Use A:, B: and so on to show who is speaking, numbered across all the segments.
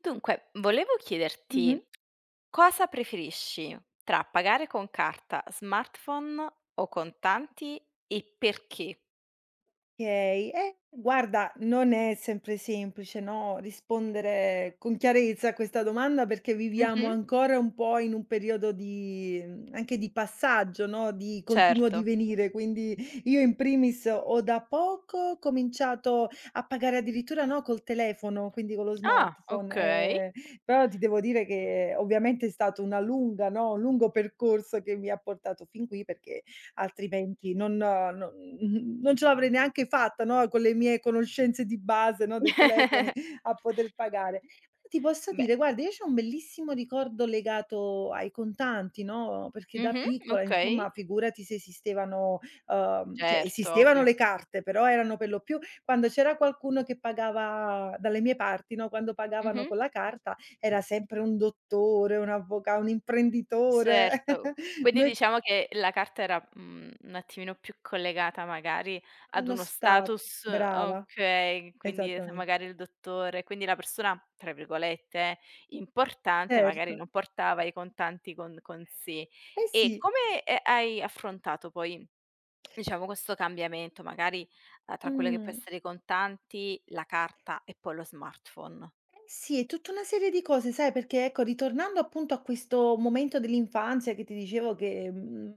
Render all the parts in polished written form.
A: Dunque, volevo chiederti
B: Mh-mh.
A: cosa preferisci tra pagare con carta, smartphone o contanti e perché?
B: Okay. Guarda, non è sempre semplice, no, rispondere con chiarezza a questa domanda perché viviamo
A: Mh-mh,
B: ancora un po' in un periodo di anche di passaggio, no, di continuo
A: certo.
B: divenire. Quindi io in primis ho da poco cominciato a pagare addirittura, no, col telefono, quindi con lo
A: Ah,
B: smartphone,
A: okay.
B: ehm, però ti devo dire che ovviamente è stato una lunga, no, un lungo percorso che mi ha portato fin qui perché altrimenti non no non ce l'avrei neanche fatta, no, con le mie conoscenze di base, no, dei telefoni a poter pagare. Ti posso
A: Beh,
B: dire, guarda, io c'ho un bellissimo ricordo legato ai contanti, no, perché da
A: mh-mh,
B: piccola,
A: okay,
B: insomma, figurati se esistevano cioè
A: certo,
B: esistevano
A: ovvio.
B: le carte, però erano per lo più quando c'era qualcuno che pagava dalle mie parti, no, quando pagavano
A: Mh-mh.
B: con la carta era sempre un dottore, un imprenditore.
A: Certo. Quindi
B: Noi.
A: diciamo che la carta era, un attimino più collegata magari ad
B: Uno
A: uno
B: stato,
A: status
B: brava,
A: okay, quindi se
B: esattamen
A: magari il dottore quindi la persona, tra virgolette "importante" magari
B: certo.
A: non portava i contanti con sé.
B: Eh
A: E
B: sì.
A: come, hai affrontato poi, diciamo questo cambiamento magari, tra quello che può
B: Mh.
A: essere i contanti, la carta e poi lo smartphone?
B: Eh sì, è tutta una serie di cose, sai, perché ecco, ritornando appunto a questo momento dell'infanzia che ti dicevo che, mhmm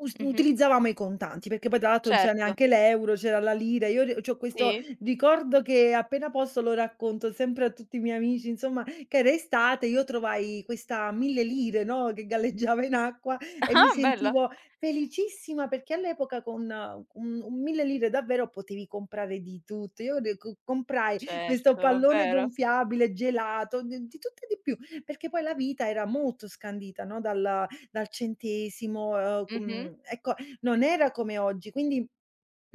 B: Us
A: Mh-mh.
B: utilizzavamo i contanti, perché poi tra l'altro non c'era
A: Certo,
B: neanche l'euro, c'era la lira. Io ri c'ho questo
A: sì.
B: ricordo che appena posso lo racconto sempre a tutti i miei amici, insomma, che era estate, io trovai questa 1000 lire, no, che galleggiava in acqua e mi
A: Ah, bello.
B: sentivo felicissima perché all'epoca con un 1000 lire davvero potevi comprare di tutto. Io de co comprai questo
A: Certo, è
B: pallone
A: vero.
B: gonfiabile, gelato, d di tutto e di più, perché poi la vita era molto scandita, no, dal centesimo,
A: Mh-mh.
B: ecco, non era come oggi. Quindi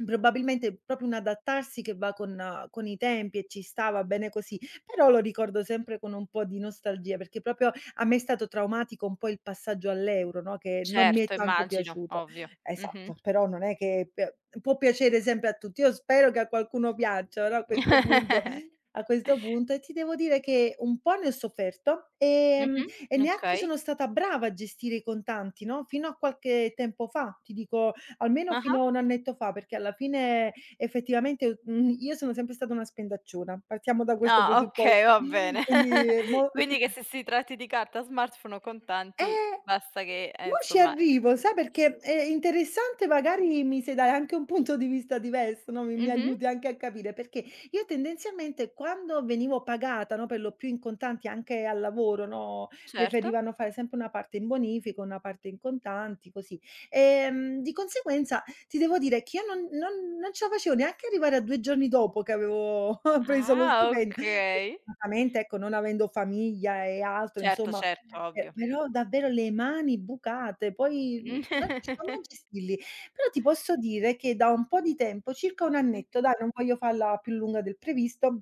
B: probabilmente proprio un adattarsi che va con i tempi e ci sta, va bene così, però lo ricordo sempre con un po' di nostalgia, perché proprio a me è stato traumatico un po' il passaggio all'euro, no, che non mi
A: Certo,
B: è tanto
A: immagino,
B: piaciuto.
A: ovvio. Mh-mh.
B: Esatto, però non è che p può piacere sempre a tutti. Io spero che a qualcuno piaccia, però a questo punto e ti devo dire che un po' ne ho sofferto,
A: Mh-mh,
B: e neanche
A: okay.
B: sono stata brava a gestire i contanti, no, fino a qualche tempo fa, ti dico almeno
A: Ah-ah.
B: fino a 1 annetto fa, perché alla fine effettivamente, io sono sempre stata una spendacciona, partiamo da questo
A: Ah, okay,
B: presupposto.
A: va bene.
B: Quindi
A: Quindi che se si tratti di carta, smartphone o contanti,
B: eh!
A: basta che,
B: Mo' ci
A: insomma sì,
B: arrivo,
A: sì.
B: sai perché è interessante, magari mi sai dare anche un punto di vista diverso, no, mi
A: Mh-mh,
B: aiuti anche a capire, perché io tendenzialmente quando venivo pagata, no, per lo più in contanti anche al lavoro, no,
A: certo.
B: preferivano fare sempre una parte in bonifico, una parte in contanti, così. Di conseguenza ti devo dire che io non ce la facevo neanche arrivare a 2 giorni dopo che avevo preso lo
A: Ah,
B: stipendio.
A: okay.
B: Fortunatamente, ecco, non avendo famiglia e altro,
A: Certo,
B: insomma
A: certo, ovvio.
B: però davvero le mani bucate, poi non riuscivamo a gestirli. Però ti posso dire che da un po' di tempo, circa 1 annetto,
A: Mh-mh.
B: dai, non voglio farla più lunga del previsto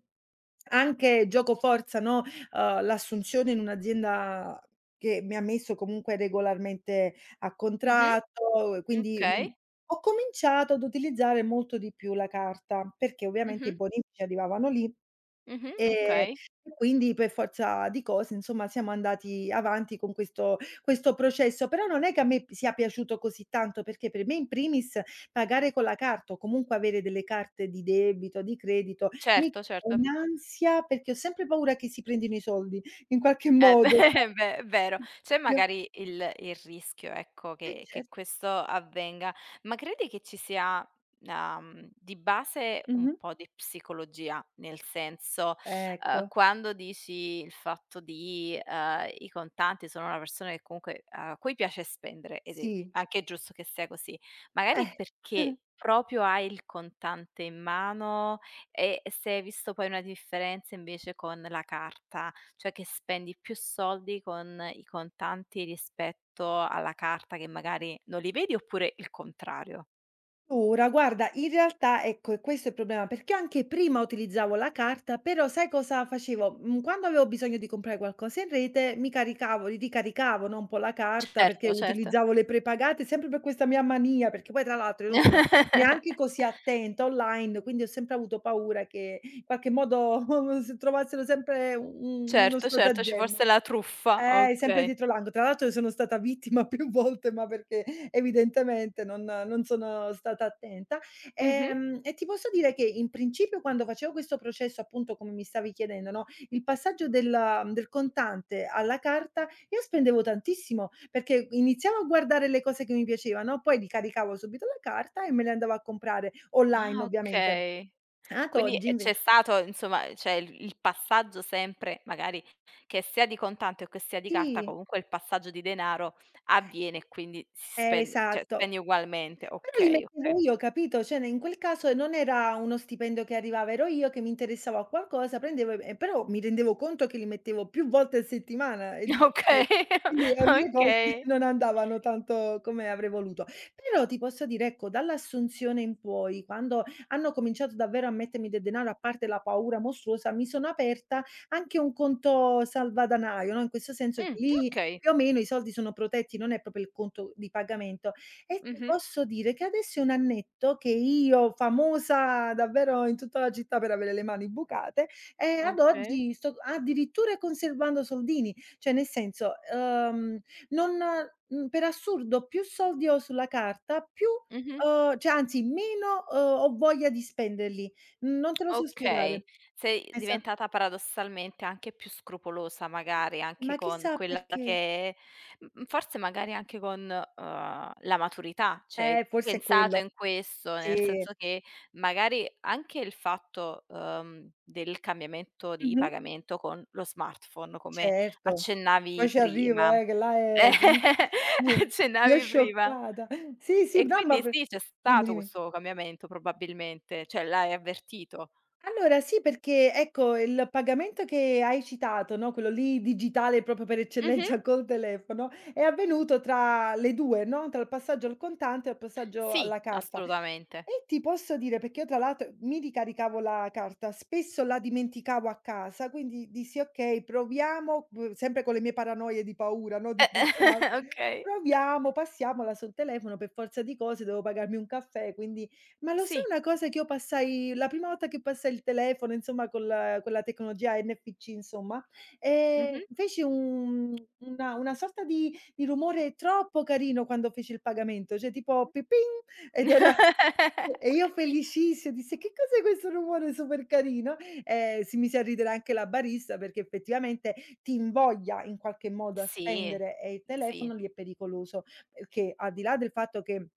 B: anche gioco forza, no, l'assunzione in un'azienda che mi ha messo comunque regolarmente a
A: Mh-mh.
B: contratto, e quindi,
A: Okay.
B: ho cominciato ad utilizzare molto di più la carta, perché ovviamente i
A: Mh-mh.
B: bonifici arrivavano lì,
A: Mh-mh,
B: e
A: okay.
B: e quindi per forza di cose, insomma, siamo andati avanti con questo processo. Però non è che a me p sia piaciuto così tanto, perché per me in primis pagare con la carta o comunque avere delle carte di debito, di credito, mi
A: Certo,
B: crea
A: certo.
B: un'ansia perché ho sempre paura che si prendino i soldi, in qualche
A: Eh beh,
B: modo, sai.
A: eh beh, è vero. C'è magari il rischio, ecco,
B: Cer
A: che questo avvenga, ma credi che ci sia, di base un
B: Mh-mh.
A: po' di psicologia? Nel senso,
B: Ecco,
A: quando dici il fatto di, i contanti sono una persona che comunque a cui piace spendere ed è
B: sì.
A: anche giusto che sia così,
B: Eh.
A: magari perché proprio hai il contante in mano e se hai visto poi una differenza invece con la carta? Cioè che spendi più soldi con i contanti rispetto alla carta che magari non li vedi oppure il contrario?
B: Ora, guarda, in realtà ecco, e questo è il problema, perché io anche prima utilizzavo la carta, però sai cosa facevo? Mhmm, Quando avevo bisogno di comprare qualcosa in rete, mi caricavo, li ricaricavo, no, un po' la carta perché
A: Certo, certo.
B: utilizzavo le prepagate sempre per questa mia mania, perché poi tra l'altro io non sono neanche così attenta online, quindi ho sempre avuto paura che in qualche modo s trovassero sempre u u uno
A: Certo, certo, ci
B: stratagemma.
A: fosse la truffa,
B: Sempre
A: okay.
B: dietro l'angolo. Tra l'altro sono stata vittima più volte, ma perché evidentemente non sono stata attenta.
A: Mh-mh.
B: E ti posso dire che in principio quando facevo questo processo, appunto come mi stavi chiedendo, no, il passaggio del contante alla carta, io spendevo tantissimo, perché iniziavo a guardare le cose che mi piacevano, poi li caricavo subito la carta e me le andavo a comprare online
A: Ah,
B: ovviamente.
A: okay.
B: Ad
A: Quindi,
B: oggi inve
A: c'è stato insomma, cioè il passaggio sempre magari che sia di contante o che sia di carta,
B: sì,
A: comunque il passaggio di denaro avviene e quindi si spen cioè
B: esatto.
A: spendi ugualmente.
B: Però li
A: Okay,
B: mettevo
A: okay.
B: io, capito, cioè ne in quel caso non era uno stipendio che arrivava, ero io che mi interessavo a qualcosa, prendevo e però mi rendevo conto che li mettevo più volte a settimana e dicevo che
A: Okay,
B: quindi le mie cose
A: okay.
B: non andavano tanto come avrei voluto. Però ti posso dire, ecco, dall'assunzione in poi, quando hanno cominciato davvero a mettermi del denaro, a parte la paura mostruosa, mi sono aperta anche un conto salvadanaio, no, in questo senso che
A: Mh,
B: lì
A: okay.
B: più o meno i soldi sono protetti, non è proprio il conto di pagamento, e ti
A: Mh-mh.
B: posso dire che adesso è 1 annetto che io, famosa davvero in tutta la città per avere le mani bucate, e ad
A: Okay.
B: oggi sto addirittura conservando soldini, cioè nel senso, non per assurdo più soldi ho sulla carta, più
A: Mh-mh.
B: cioè anzi meno, ho voglia di spenderli. Non te lo so
A: Okay.
B: spiegare.
A: Sei
B: Esa
A: diventata paradossalmente anche più scrupolosa magari, anche
B: Ma
A: con
B: chissà
A: quella
B: perché.
A: che forse magari anche con, la maturità, cioè hai
B: Forse è quello.
A: pensato in questo, nel
B: Sì.
A: senso che magari anche il fatto, del cambiamento di
B: Mh-mh.
A: pagamento con lo smartphone, come
B: Certo, poi
A: accennavi
B: ci arrivo
A: prima
B: che là è d eh, io
A: accennavi prima.
B: scioccata. Sì, sì,
A: E
B: no, ma
A: quindi
B: per
A: sì, c'è
B: dimmi,
A: stato
B: dimmi.
A: questo cambiamento probabilmente, cioè l'hai avvertito?
B: Allora sì, perché ecco il pagamento che hai citato, no, quello lì digitale proprio per
A: Mh-mh.
B: eccellenza col telefono, è avvenuto tra le 2, no, tra il passaggio al contante e il passaggio
A: Sì.
B: alla carta.
A: Assolutamente.
B: E ti posso dire, perché io tra l'altro mi ricaricavo la carta, spesso la dimenticavo a casa, quindi dissi: "Okay, proviamo", sempre con le mie paranoie di paura, no, di truffe e altro,
A: Okay.
B: "proviamo, passiamola sul telefono", per forza di cose dovevo pagarmi un caffè, quindi ma lo sai
A: Sì.
B: una cosa che io passai la prima volta che passai il telefono, insomma, con la tecnologia NFC, insomma,
A: Mh-mh.
B: feci un una sorta di rumore troppo carino quando feci il pagamento, cioè tipo "pi-ping" ed era e io felicissima, disse: "Che cos'è questo rumore super carino?" Si mise a ridere anche la barista perché effettivamente ti invoglia in qualche modo a
A: Sì,
B: spendere e il
A: sì,
B: telefono lì è pericoloso, perché al di là del fatto che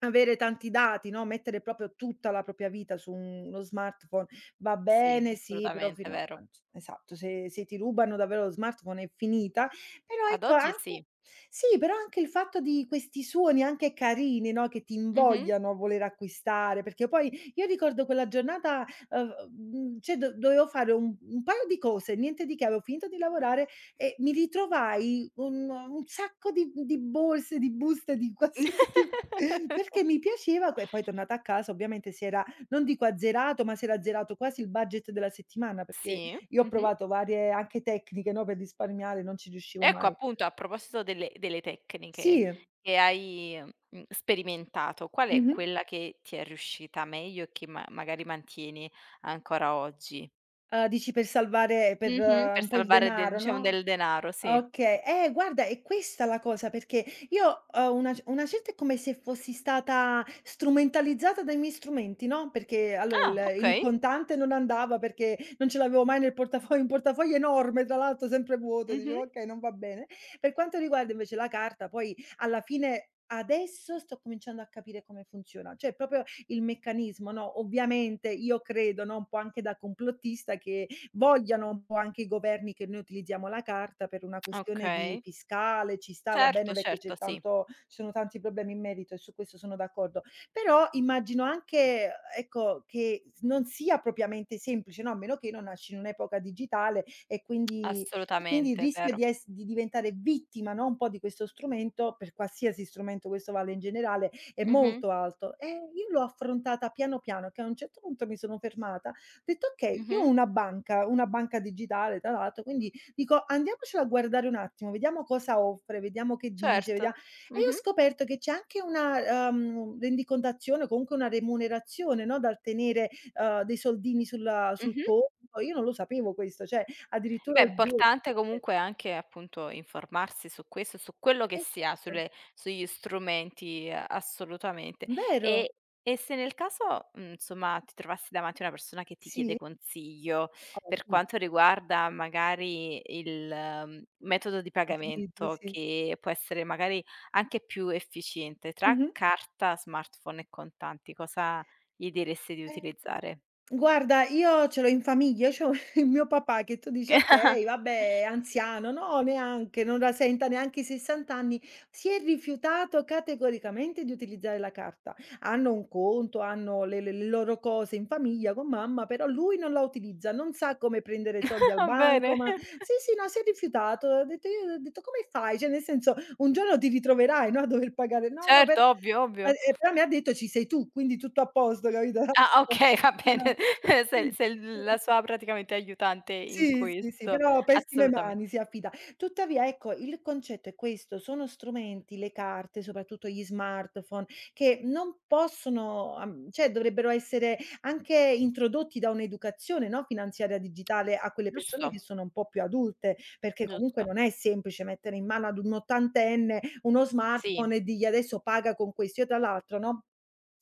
B: avere tanti dati, no, mettere proprio tutta la propria vita su uno smartphone va
A: sì,
B: bene, sì, però
A: assolutamente,
B: fino a
A: vero.
B: esatto, se ti rubano davvero lo smartphone è finita, però
A: Ad
B: ecco
A: oggi
B: anche
A: sì.
B: sì, però anche il fatto di questi suoni anche carini, no, che ti
A: Mh-mh.
B: invogliano a voler acquistare, perché poi io ricordo quella giornata, cioè do dovevo fare un paio di cose, niente di che, avevo finito di lavorare e mi ritrovai un sacco di borse, di buste, di qualsiasi tipo perché mi piaceva que e poi tornata a casa ovviamente si era, non dico azzerato, ma si era azzerato quasi il budget della settimana, perché
A: Sì,
B: io ho
A: mh-mh.
B: provato varie anche tecniche, no, per risparmiare, non ci riuscivo
A: Ecco,
B: mai.
A: appunto, a proposito delle tecniche
B: Sì,
A: che hai, sperimentato, qual è
B: mh-mh.
A: quella che ti è riuscita meglio e che ma magari mantieni ancora oggi?
B: Dici per salvare per
A: Mh-mh, per
B: un po' il
A: salvare del
B: denaro,
A: diciamo
B: no?
A: del denaro, sì.
B: Okay, guarda è questa la cosa, perché io ho una certa è come se fossi stata strumentalizzata dai miei strumenti, no, perché allora
A: Ah,
B: il
A: okay.
B: contante non andava perché non ce l'avevo mai nel portafoglio, un portafoglio enorme tra l'altro sempre vuoto, dicevo:
A: Mh-mh.
B: "Okay, non va bene". Per quanto riguarda invece la carta poi alla fine adesso sto cominciando a capire come funziona, cioè proprio il meccanismo, no, ovviamente io credo, no, un po' anche da complottista che vogliano un po' anche i governi che noi utilizziamo la carta per una questione di
A: Okay.
B: fiscale, ci sta, va bene
A: Certo,
B: perché
A: certo,
B: c'è
A: sì,
B: tanto ci sono tanti problemi in merito e su questo sono d'accordo. Però immagino anche, ecco, che s non sia propriamente semplice, no, a meno che non nasci in un'epoca digitale e quindi il
A: assolutamente, è
B: rischio
A: vero.
B: di ess di diventare vittima, no, un po' di questo strumento, per qualsiasi strumento, questo vale in generale, è
A: Mh-mh,
B: molto alto. E io l'ho affrontata piano piano, che a un certo punto mi sono fermata ho detto: "Okay, io
A: mh-mh,
B: ho una banca digitale tra l'altro, quindi dico andiamocela a guardare un attimo, vediamo cosa offre, vediamo che dice, vedia"
A: certo.
B: e io ho
A: Mh-mh,
B: scoperto che c'è anche una, rendicontazione o comunque una remunerazione, no, dal tenere, dei soldini sul
A: mh-mh.
B: conto. Io non lo sapevo questo, cioè addirittura
A: Beh, è
B: il 2, 3
A: importante
B: per 3.
A: comunque anche, appunto, informarsi su questo, su quello che si ha,
B: Esatto,
A: sulle sugli strumenti, assolutamente.
B: vero.
A: E e se nel caso, insomma, ti trovassi davanti a una persona che ti
B: Sì,
A: chiede consiglio
B: ah
A: per
B: sì,
A: quanto riguarda magari il, metodo di
B: utilizzo,
A: pagamento
B: sì.
A: che può essere magari anche più efficiente tra
B: Mh-mh.
A: carta, smartphone e contanti, cosa gli diresti di
B: Eh.
A: utilizzare?
B: Guarda, io ce l'ho in famiglia, c'ho il mio papà che tu dici: "Okay, vabbè, anziano". No, neanche, non la senta neanche i 60 anni. Si è rifiutato categoricamente di utilizzare la carta. Hanno un conto, hanno le loro cose in famiglia con mamma, però lui non la utilizza, non sa come prendere i soldi al
A: Va bene.
B: bancomat. Sì, sì, no, si è rifiutato. Ho detto io ho detto: "Come fai?" Cioè, nel senso, un giorno ti ritroverai, no, a dover pagare. No, no,
A: Certo,
B: per
A: ovvio, ovvio.
B: però mi ha detto: "Ci sei tu, quindi tutto a posto", capito?
A: Ah, okay, va
B: Ah-ah.
A: bene.
B: Mh.
A: Sei l
B: Eh,
A: la sua praticamente aiutante in
B: sì, sì, sì,
A: questo,
B: però pessime
A: assolutamente.
B: mani si affida. Tuttavia, ecco, il concetto è questo: sono strumenti, le carte, soprattutto gli smartphone, che non possono am cioè dovrebbero essere anche introdotti da un'educazione, no, finanziaria digitale a quelle persone
A: Giusto,
B: che sono un po' più adulte, perché comunque
A: giusto.
B: non è semplice mettere in mano ad un ottantenne uno
A: Sì.
B: smartphone e dirgli: "Adesso paga con questo." Io tra l'altro, no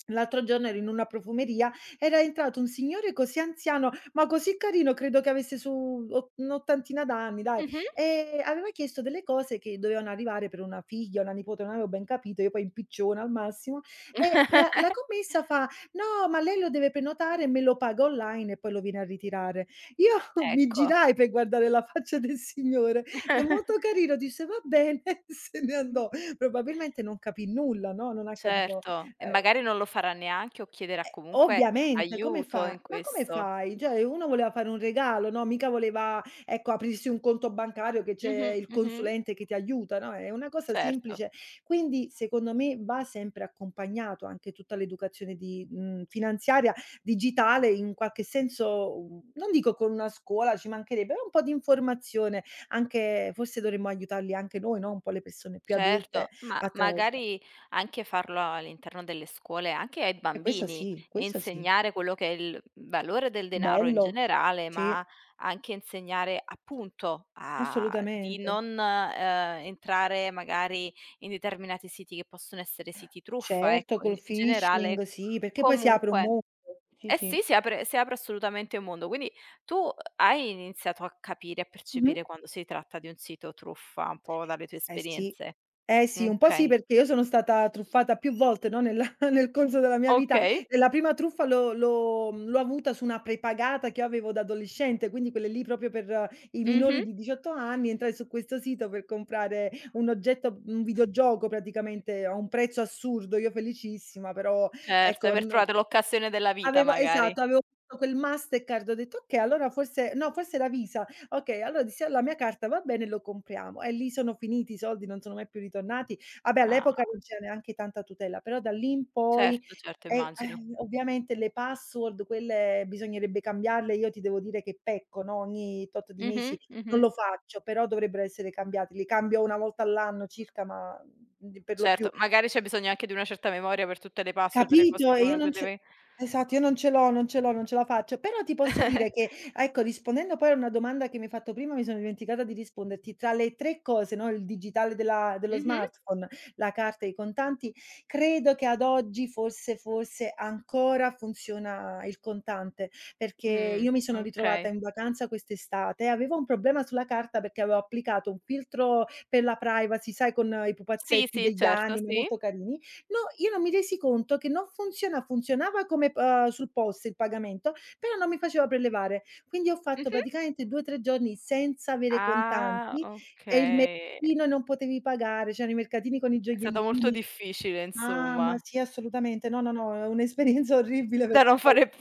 B: L'altro giorno ero in una profumeria, era entrato un signore così anziano, ma così carino, credo che avesse su o un'ottantina d'anni, dai,
A: Mh-mh.
B: e aveva chiesto delle cose che dovevano arrivare per una figlia, una nipote, non avevo ben capito, io poi impicciona al massimo, e la commessa fa: "No, ma lei lo deve prenotare, me lo paga online e poi lo viene a ritirare". Io mi
A: Ecco.
B: girai per guardare la faccia del signore, è molto carino, disse: "Va bene", e se ne andò. Probabilmente non capì nulla, no, non ha capito,
A: Certo, e
B: ehm
A: magari non lo farà neanche o chiederà comunque
B: ovviamente, come
A: aiuto
B: fa
A: in
B: ma come
A: questo.
B: fai? Cioè uno voleva fare un regalo, no, mica voleva, ecco, aprirsi un conto bancario che c'è
A: Mh-mh,
B: il
A: mh-mh,
B: consulente che ti aiuta, no, è una cosa
A: certo.
B: semplice. Quindi secondo me va sempre accompagnato anche tutta l'educazione di finanziaria, digitale, in qualche senso, non dico con una scuola, ci mancherebbe, però un po' di informazione, anche forse dovremmo aiutarli anche noi, no, un po' le persone più adulte
A: Certo, ma
B: attraverso
A: magari anche farlo all'interno delle scuole, anche ai
B: e questo
A: bambini,
B: sì,
A: e
B: questo sì.
A: insegnare quello che è il valore del denaro in
B: Bello.
A: generale,
B: Sì.
A: ma anche insegnare appunto a di
B: Assolutamente.
A: non, entrare magari in determinati siti che possono essere siti truffa,
B: Certo,
A: ecco, in
B: col phishing,
A: generale
B: sì, perché poi si apre un
A: comunque
B: mondo. Sì,
A: eh
B: sì.
A: sì, si apre assolutamente un mondo. Quindi tu hai iniziato a capire, a
B: Mh-mh.
A: percepire quando si tratta di un sito truffa un po' dalle tue
B: Eh sì.
A: esperienze?
B: Eh sì, un po' sì,
A: Okay.
B: perché io sono stata truffata più volte, no, nella nel corso della mia vita.
A: Okay.
B: E la prima truffa l'ho avuta su una prepagata che io avevo da adolescente, quindi quelle lì proprio per i minori
A: Mh-mh.
B: di 18 anni. Entrai su questo sito per comprare un videogioco praticamente a un prezzo assurdo, io felicissima, però
A: Certo,
B: ecco,
A: aver
B: n
A: trovato l'occasione della vita
B: avevo
A: magari.
B: esatto, avevo visto quel Mastercard, ho detto: "Okay, allora forse" no, forse era Visa. Okay, allora dissi: "La mia carta va bene, lo compriamo." E lì sono finiti i soldi, non sono mai più ritornati. Vabbè,
A: Ah.
B: all'epoca non c'era neanche tanta tutela, però da lì in poi
A: Certo, certo,
B: e eh,
A: immagino.
B: ovviamente le password quelle bisognerebbe cambiarle. Io ti devo dire che pecco, no, ogni tot di mesi
A: Mh-mh,
B: non
A: mh-mh.
B: lo faccio, però dovrebbero essere cambiati. Li cambio 1 volta all'anno circa, ma, di per lo più
A: Certo, magari c'è bisogno anche di una certa memoria per tutte le password, le cose
B: Capito?
A: che
B: E io
A: uno
B: non
A: che
B: ce
A: deve
B: esatto, io non ce l'ho, non ce l'ho, non ce la faccio. Però ti posso dire che ecco, rispondendo poi a una domanda che mi hai fatto prima, mi sono dimenticata di risponderti. Tra le 3 cose, no, il digitale della dello
A: Mh-mh.
B: smartphone, la carta e i contanti, credo che ad oggi forse, forse ancora funziona il contante, perché
A: Mh,
B: io mi sono ritrovata
A: okay.
B: in vacanza quest'estate e avevo un problema sulla carta perché avevo applicato un filtro per la privacy, sai, con i
A: Sì,
B: pupazzetti
A: sì,
B: degli
A: certo,
B: anime
A: sì.
B: molto carini. No, io non mi resi conto che non funziona funzionava come p sul POS il pagamento, però non mi faceva prelevare. Quindi ho fatto
A: Mh-mh.
B: praticamente 2, 3 giorni senza avere
A: Ah,
B: contanti e il
A: okay.
B: mercatino non potevi pagare, c'erano i mercatini con i
A: È stato molto
B: gioiellini.
A: difficile
B: Mamma
A: insomma,
B: sì, assolutamente. No, no, no, è un'esperienza orribile
A: da
B: perché
A: non
B: poi
A: fare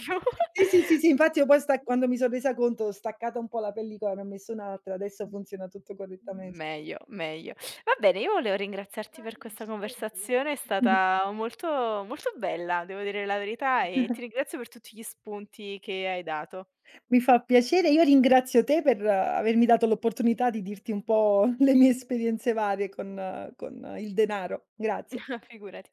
B: sì, sì, sì, sì, infatti io poi sta quando mi son resa conto ho staccato un po' la pellicola, ne ho messo un'altra, adesso
A: più.
B: funziona tutto correttamente.
A: Meglio, meglio. Va bene, io volevo ringraziarti per questa conversazione, è stata molto, molto bella, devo dire la verità, e ti ringrazio per tutti gli spunti che hai dato.
B: Mi fa piacere, io ringrazio te per avermi dato l'opportunità di dirti un po' le mie esperienze varie con il denaro. Grazie.
A: Figurati.